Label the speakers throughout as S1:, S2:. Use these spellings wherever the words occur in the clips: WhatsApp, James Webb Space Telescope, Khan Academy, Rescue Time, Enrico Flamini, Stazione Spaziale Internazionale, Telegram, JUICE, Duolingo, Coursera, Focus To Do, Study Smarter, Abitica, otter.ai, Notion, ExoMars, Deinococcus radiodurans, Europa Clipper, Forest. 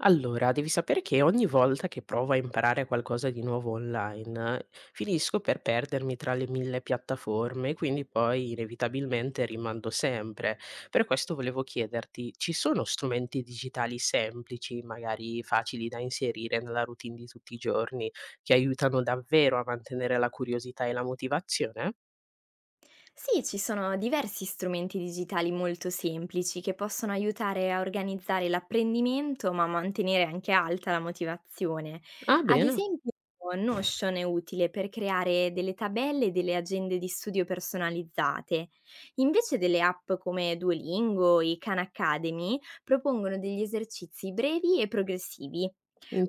S1: Allora, devi sapere che ogni volta che provo a imparare qualcosa di nuovo online, finisco per perdermi tra le mille piattaforme, quindi poi inevitabilmente rimando sempre. Per questo volevo chiederti, ci sono strumenti digitali semplici, magari facili da inserire nella routine di tutti i giorni, che aiutano davvero a mantenere la curiosità e la motivazione?
S2: Sì, ci sono diversi strumenti digitali molto semplici che possono aiutare a organizzare l'apprendimento, ma mantenere anche alta la motivazione.
S1: Ah,
S2: Ad
S1: bene,
S2: esempio, Notion è utile per creare delle tabelle e delle agende di studio personalizzate. Invece delle app come Duolingo e Khan Academy propongono degli esercizi brevi e progressivi.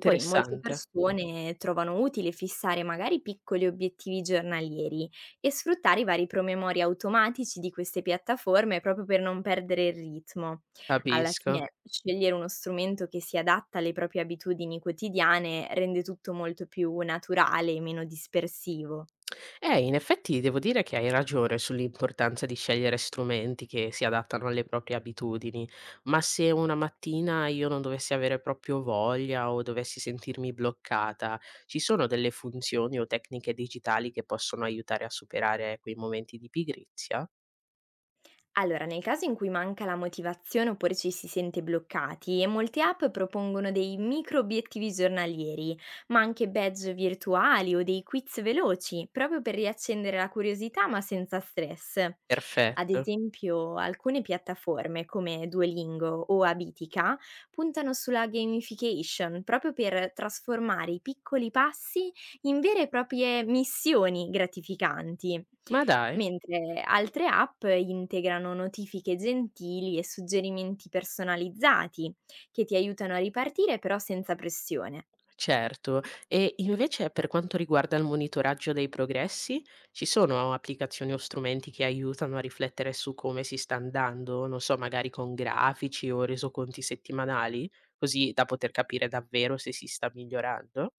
S2: Poi molte persone trovano utile fissare magari piccoli obiettivi giornalieri e sfruttare i vari promemori automatici di queste piattaforme proprio per non perdere il ritmo. Alla
S1: Capisco.
S2: fine scegliere uno strumento che si adatta alle proprie abitudini quotidiane rende tutto molto più naturale e meno dispersivo.
S1: In effetti devo dire che hai ragione sull'importanza di scegliere strumenti che si adattano alle proprie abitudini, ma se una mattina io non dovessi avere proprio voglia o dovessi sentirmi bloccata, ci sono delle funzioni o tecniche digitali che possono aiutare a superare quei momenti di pigrizia?
S2: Allora, nel caso in cui manca la motivazione oppure ci si sente bloccati, molte app propongono dei micro obiettivi giornalieri, ma anche badge virtuali o dei quiz veloci, proprio per riaccendere la curiosità ma senza stress. Ad
S1: Perfetto.
S2: esempio, alcune piattaforme come Duolingo o Abitica puntano sulla gamification proprio per trasformare i piccoli passi in vere e proprie missioni gratificanti.
S1: Ma dai.
S2: Mentre altre app integrano notifiche gentili e suggerimenti personalizzati che ti aiutano a ripartire però senza pressione.
S1: Certo, e invece per quanto riguarda il monitoraggio dei progressi, ci sono applicazioni o strumenti che aiutano a riflettere su come si sta andando, non so, magari con grafici o resoconti settimanali, così da poter capire davvero se si sta migliorando?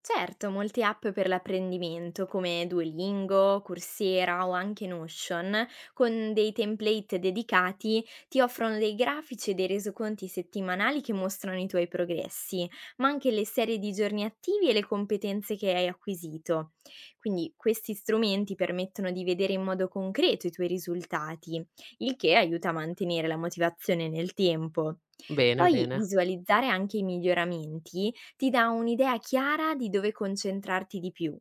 S2: Certo, molte app per l'apprendimento come Duolingo, Coursera o anche Notion, con dei template dedicati, ti offrono dei grafici e dei resoconti settimanali che mostrano i tuoi progressi, ma anche le serie di giorni attivi e le competenze che hai acquisito. Quindi questi strumenti permettono di vedere in modo concreto i tuoi risultati, il che aiuta a mantenere la motivazione nel tempo.
S1: Bene,
S2: Poi
S1: bene.
S2: visualizzare anche i miglioramenti ti dà un'idea chiara di dove concentrarti di più.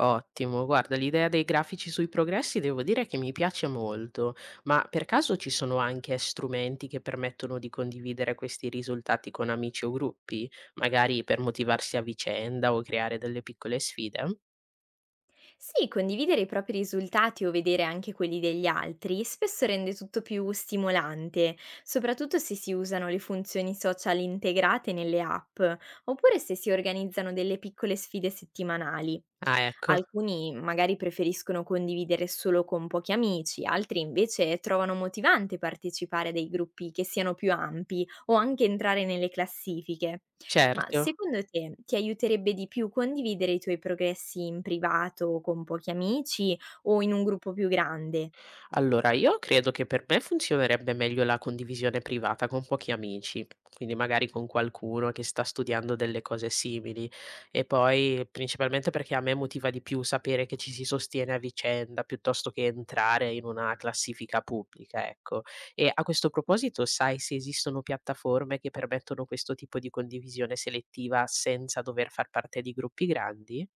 S1: Ottimo, guarda, l'idea dei grafici sui progressi devo dire che mi piace molto, ma per caso ci sono anche strumenti che permettono di condividere questi risultati con amici o gruppi, magari per motivarsi a vicenda o creare delle piccole sfide?
S2: Sì, condividere i propri risultati o vedere anche quelli degli altri spesso rende tutto più stimolante, soprattutto se si usano le funzioni social integrate nelle app, oppure se si organizzano delle piccole sfide settimanali.
S1: Ah, ecco,
S2: Alcuni magari preferiscono condividere solo con pochi amici, altri invece trovano motivante partecipare a dei gruppi che siano più ampi o anche entrare nelle classifiche. Ma
S1: certo.
S2: secondo te ti aiuterebbe di più condividere i tuoi progressi in privato con pochi amici o in un gruppo più grande?
S1: Allora, io credo che per me funzionerebbe meglio la condivisione privata con pochi amici, quindi magari con qualcuno che sta studiando delle cose simili e poi principalmente perché a me motiva di più sapere che ci si sostiene a vicenda piuttosto che entrare in una classifica pubblica, ecco. E a questo proposito, sai se esistono piattaforme che permettono questo tipo di condivisione selettiva senza dover far parte di gruppi grandi?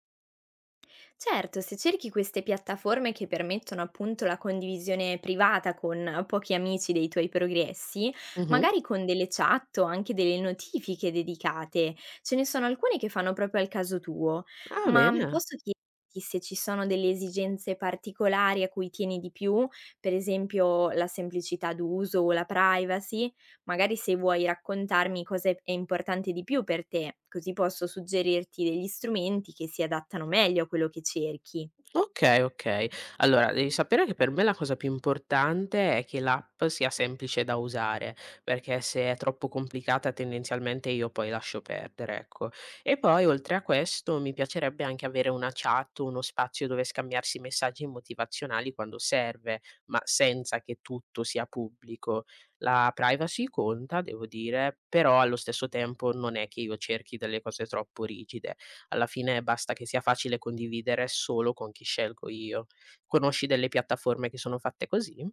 S2: Certo, se cerchi queste piattaforme che permettono appunto la condivisione privata con pochi amici dei tuoi progressi,
S1: Mhm.
S2: magari con delle chat o anche delle notifiche dedicate, ce ne sono alcune che fanno proprio al caso tuo,
S1: Ah,
S2: ma
S1: bene.
S2: posso chiederti se ci sono delle esigenze particolari a cui tieni di più, per esempio la semplicità d'uso o la privacy? Magari se vuoi raccontarmi cosa è importante di più per te, così posso suggerirti degli strumenti che si adattano meglio a quello che cerchi.
S1: Okay, okay. Allora devi sapere che per me la cosa più importante è che l'app sia semplice da usare, perché se è troppo complicata tendenzialmente io poi lascio perdere, ecco. E poi oltre a questo mi piacerebbe anche avere una chat, uno spazio dove scambiarsi messaggi motivazionali quando serve, ma senza che tutto sia pubblico. La privacy conta, devo dire, però allo stesso tempo non è che io cerchi delle cose troppo rigide, alla fine basta che sia facile condividere solo con chi scelgo io. Conosci delle piattaforme che sono fatte così?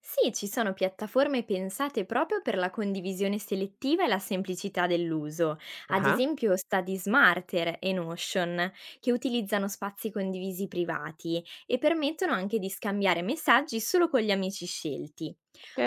S2: Sì, ci sono piattaforme pensate proprio per la condivisione selettiva e la semplicità dell'uso, ad
S1: Ah-ah,
S2: esempio Study Smarter e Notion, che utilizzano spazi condivisi privati e permettono anche di scambiare messaggi solo con gli amici scelti.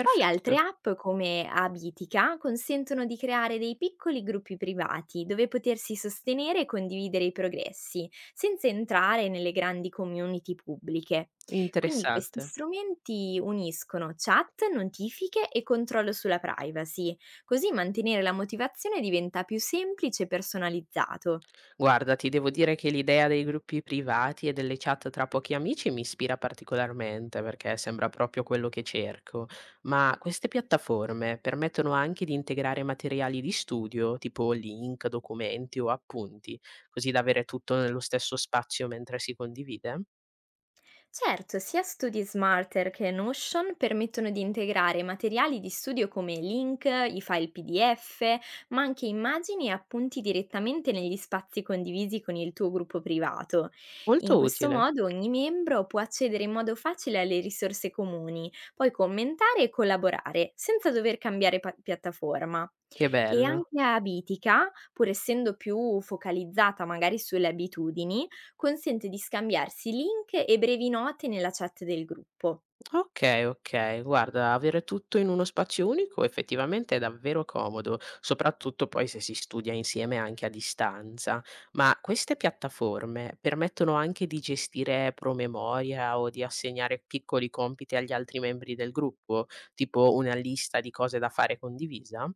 S2: Poi altre app come Abitica consentono di creare dei piccoli gruppi privati dove potersi sostenere e condividere i progressi, senza entrare nelle grandi community pubbliche. Quindi questi
S1: interessante.
S2: strumenti uniscono chat, notifiche e controllo sulla privacy, così mantenere la motivazione diventa più semplice e personalizzato.
S1: Guarda, ti devo dire che l'idea dei gruppi privati e delle chat tra pochi amici mi ispira particolarmente perché sembra proprio quello che cerco. Ma queste piattaforme permettono anche di integrare materiali di studio, tipo link, documenti o appunti, così da avere tutto nello stesso spazio mentre si condivide?
S2: Certo, sia studi Smarter che Notion permettono di integrare materiali di studio come link, i file PDF, ma anche immagini e appunti direttamente negli spazi condivisi con il tuo gruppo privato. In
S1: Molto
S2: questo
S1: utile.
S2: modo ogni membro può accedere in modo facile alle risorse comuni, poi commentare e collaborare senza dover cambiare piattaforma.
S1: Che
S2: E
S1: bello.
S2: anche a Abitica, pur essendo più focalizzata magari sulle abitudini, consente di scambiarsi link e brevi note nella chat del gruppo.
S1: Okay, okay. Guarda, avere tutto in uno spazio unico effettivamente è davvero comodo, soprattutto poi se si studia insieme anche a distanza. Ma queste piattaforme permettono anche di gestire promemoria o di assegnare piccoli compiti agli altri membri del gruppo, tipo una lista di cose da fare condivisa?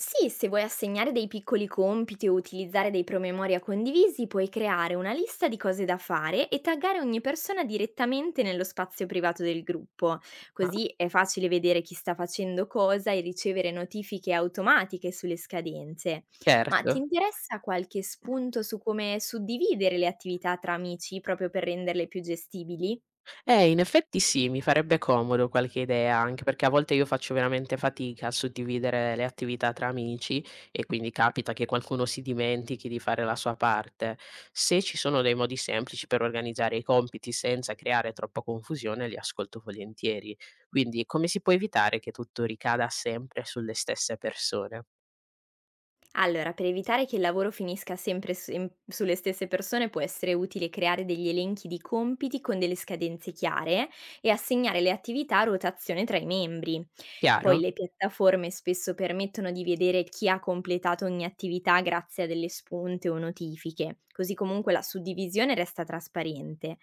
S2: Sì, se vuoi assegnare dei piccoli compiti o utilizzare dei promemoria condivisi, puoi creare una lista di cose da fare e taggare ogni persona direttamente nello spazio privato del gruppo.
S1: Ah,
S2: Così è facile vedere chi sta facendo cosa e ricevere notifiche automatiche sulle scadenze. Ma ti
S1: certo.
S2: interessa qualche spunto su come suddividere le attività tra amici proprio per renderle più gestibili?
S1: In effetti sì, mi farebbe comodo qualche idea, anche perché a volte io faccio veramente fatica a suddividere le attività tra amici e quindi capita che qualcuno si dimentichi di fare la sua parte. Se ci sono dei modi semplici per organizzare i compiti senza creare troppa confusione, li ascolto volentieri. Quindi come si può evitare che tutto ricada sempre sulle stesse persone?
S2: Allora, per evitare che il lavoro finisca sempre sulle stesse persone, può essere utile creare degli elenchi di compiti con delle scadenze chiare e assegnare le attività a rotazione tra i membri. Poi
S1: Chiaro?
S2: le piattaforme spesso permettono di vedere chi ha completato ogni attività grazie a delle spunte o notifiche, così comunque la suddivisione resta trasparente.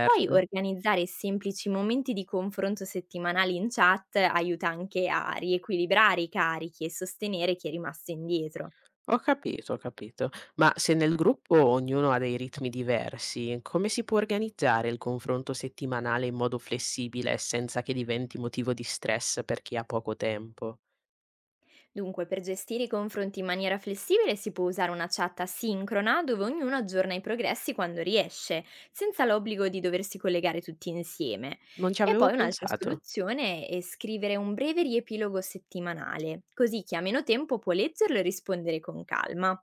S2: Poi organizzare semplici momenti di confronto settimanali in chat aiuta anche a riequilibrare i carichi e sostenere chi è rimasto indietro.
S1: Ho capito, ho capito. Ma se nel gruppo ognuno ha dei ritmi diversi, come si può organizzare il confronto settimanale in modo flessibile senza che diventi motivo di stress per chi ha poco tempo?
S2: Dunque, per gestire i confronti in maniera flessibile si può usare una chat asincrona dove ognuno aggiorna i progressi quando riesce, senza l'obbligo di doversi collegare tutti insieme.
S1: Non ci
S2: E
S1: avevo
S2: poi un'altra
S1: pensato.
S2: soluzione è scrivere un breve riepilogo settimanale, così chi ha meno tempo può leggerlo e rispondere con calma.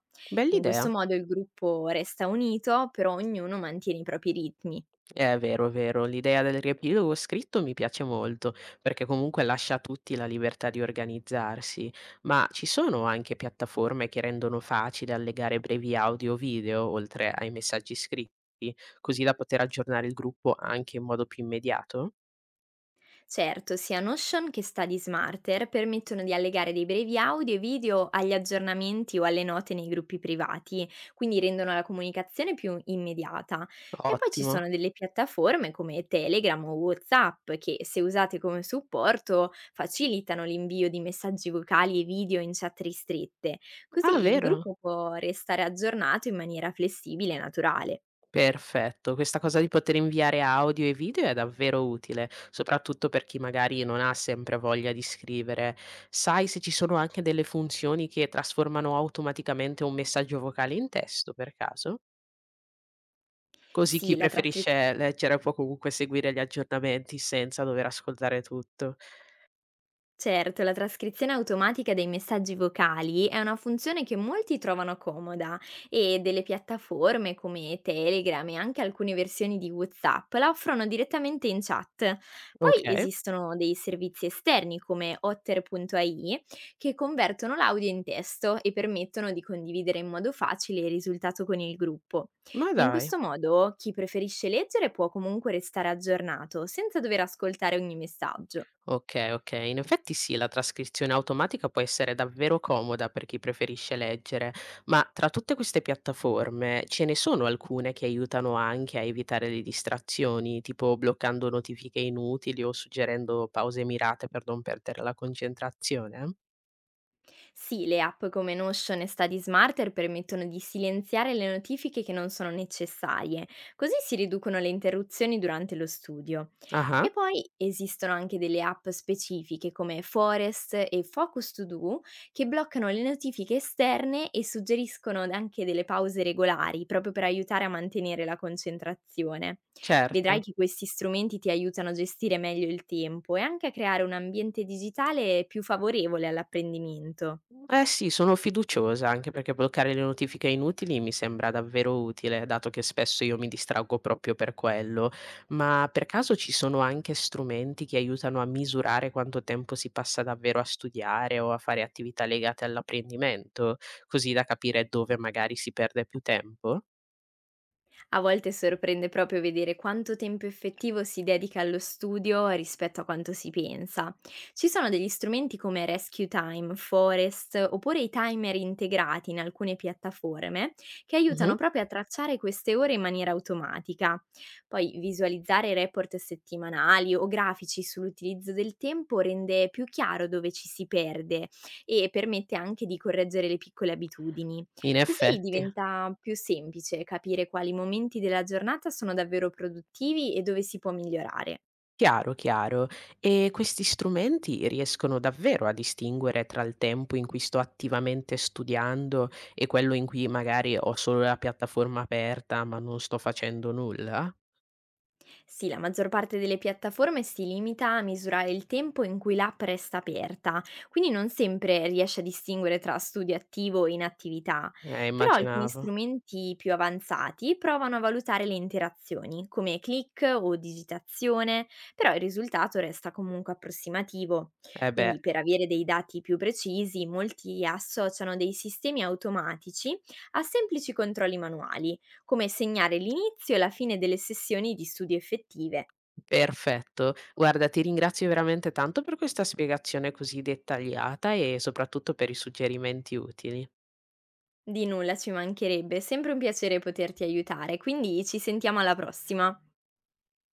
S2: In questo
S1: Bell'idea.
S2: modo il gruppo resta unito, però ognuno mantiene i propri ritmi.
S1: È vero, è vero. L'idea del riepilogo scritto mi piace molto, perché comunque lascia a tutti la libertà di organizzarsi, ma ci sono anche piattaforme che rendono facile allegare brevi audio o video, oltre ai messaggi scritti, così da poter aggiornare il gruppo anche in modo più immediato?
S2: Certo, sia Notion che Study Smarter permettono di allegare dei brevi audio e video agli aggiornamenti o alle note nei gruppi privati, quindi rendono la comunicazione più immediata. E poi ci
S1: Ottimo.
S2: sono delle piattaforme come Telegram o WhatsApp che, se usate come supporto, facilitano l'invio di messaggi vocali e video in chat ristrette,
S1: Ah,
S2: così il
S1: vero?
S2: gruppo può restare aggiornato in maniera flessibile e naturale.
S1: Perfetto, questa cosa di poter inviare audio e video è davvero utile, soprattutto per chi magari non ha sempre voglia di scrivere. Sai se ci sono anche delle funzioni che trasformano automaticamente un messaggio vocale in testo, per caso? Così chi
S2: Sì, la trascrizione
S1: preferisce leggere può comunque seguire gli aggiornamenti senza dover ascoltare tutto.
S2: certo, la trascrizione automatica dei messaggi vocali è una funzione che molti trovano comoda e delle piattaforme come Telegram e anche alcune versioni di WhatsApp la offrono direttamente in chat. Poi
S1: Okay,
S2: esistono dei servizi esterni come otter.ai che convertono l'audio in testo e permettono di condividere in modo facile il risultato con il gruppo.
S1: ma
S2: In
S1: dai.
S2: questo modo chi preferisce leggere può comunque restare aggiornato senza dover ascoltare ogni messaggio.
S1: Okay, okay. In effetti sì, la trascrizione automatica può essere davvero comoda per chi preferisce leggere, ma tra tutte queste piattaforme ce ne sono alcune che aiutano anche a evitare le distrazioni, tipo bloccando notifiche inutili o suggerendo pause mirate per non perdere la concentrazione?
S2: Sì, le app come Notion e Study Smarter permettono di silenziare le notifiche che non sono necessarie, così si riducono le interruzioni durante lo studio.
S1: Ah-ah,
S2: E poi esistono anche delle app specifiche come Forest e Focus To Do che bloccano le notifiche esterne e suggeriscono anche delle pause regolari proprio per aiutare a mantenere la concentrazione. Vedrai
S1: certo.
S2: che questi strumenti ti aiutano a gestire meglio il tempo e anche a creare un ambiente digitale più favorevole all'apprendimento.
S1: Eh sì, sono fiduciosa, anche perché bloccare le notifiche inutili mi sembra davvero utile, dato che spesso io mi distraggo proprio per quello. Ma per caso ci sono anche strumenti che aiutano a misurare quanto tempo si passa davvero a studiare o a fare attività legate all'apprendimento, così da capire dove magari si perde più tempo?
S2: A volte sorprende proprio vedere quanto tempo effettivo si dedica allo studio rispetto a quanto si pensa. Ci sono degli strumenti come Rescue Time, Forest oppure i timer integrati in alcune piattaforme che
S1: Mhm.
S2: aiutano proprio a tracciare queste ore in maniera automatica. Poi visualizzare report settimanali o grafici sull'utilizzo del tempo rende più chiaro dove ci si perde e permette anche di correggere le piccole abitudini.
S1: In
S2: Così
S1: effetti.
S2: diventa più semplice capire quali momenti della giornata sono davvero produttivi e dove si può migliorare.
S1: Chiaro, chiaro. E questi strumenti riescono davvero a distinguere tra il tempo in cui sto attivamente studiando e quello in cui magari ho solo la piattaforma aperta, ma non sto facendo nulla?
S2: Sì, la maggior parte delle piattaforme si limita a misurare il tempo in cui l'app resta aperta, quindi non sempre riesce a distinguere tra studio attivo e inattività, però alcuni
S1: Immaginavo.
S2: strumenti più avanzati provano a valutare le interazioni, come click o digitazione, però il risultato resta comunque approssimativo.
S1: Eh beh,
S2: Quindi per avere dei dati più precisi, molti associano dei sistemi automatici a semplici controlli manuali come segnare l'inizio e la fine delle sessioni di studio effettive.
S1: perfetto. Guarda, ti ringrazio veramente tanto per questa spiegazione così dettagliata e soprattutto per i suggerimenti utili.
S2: Di nulla, ci mancherebbe, è sempre un piacere poterti aiutare, quindi ci sentiamo alla prossima.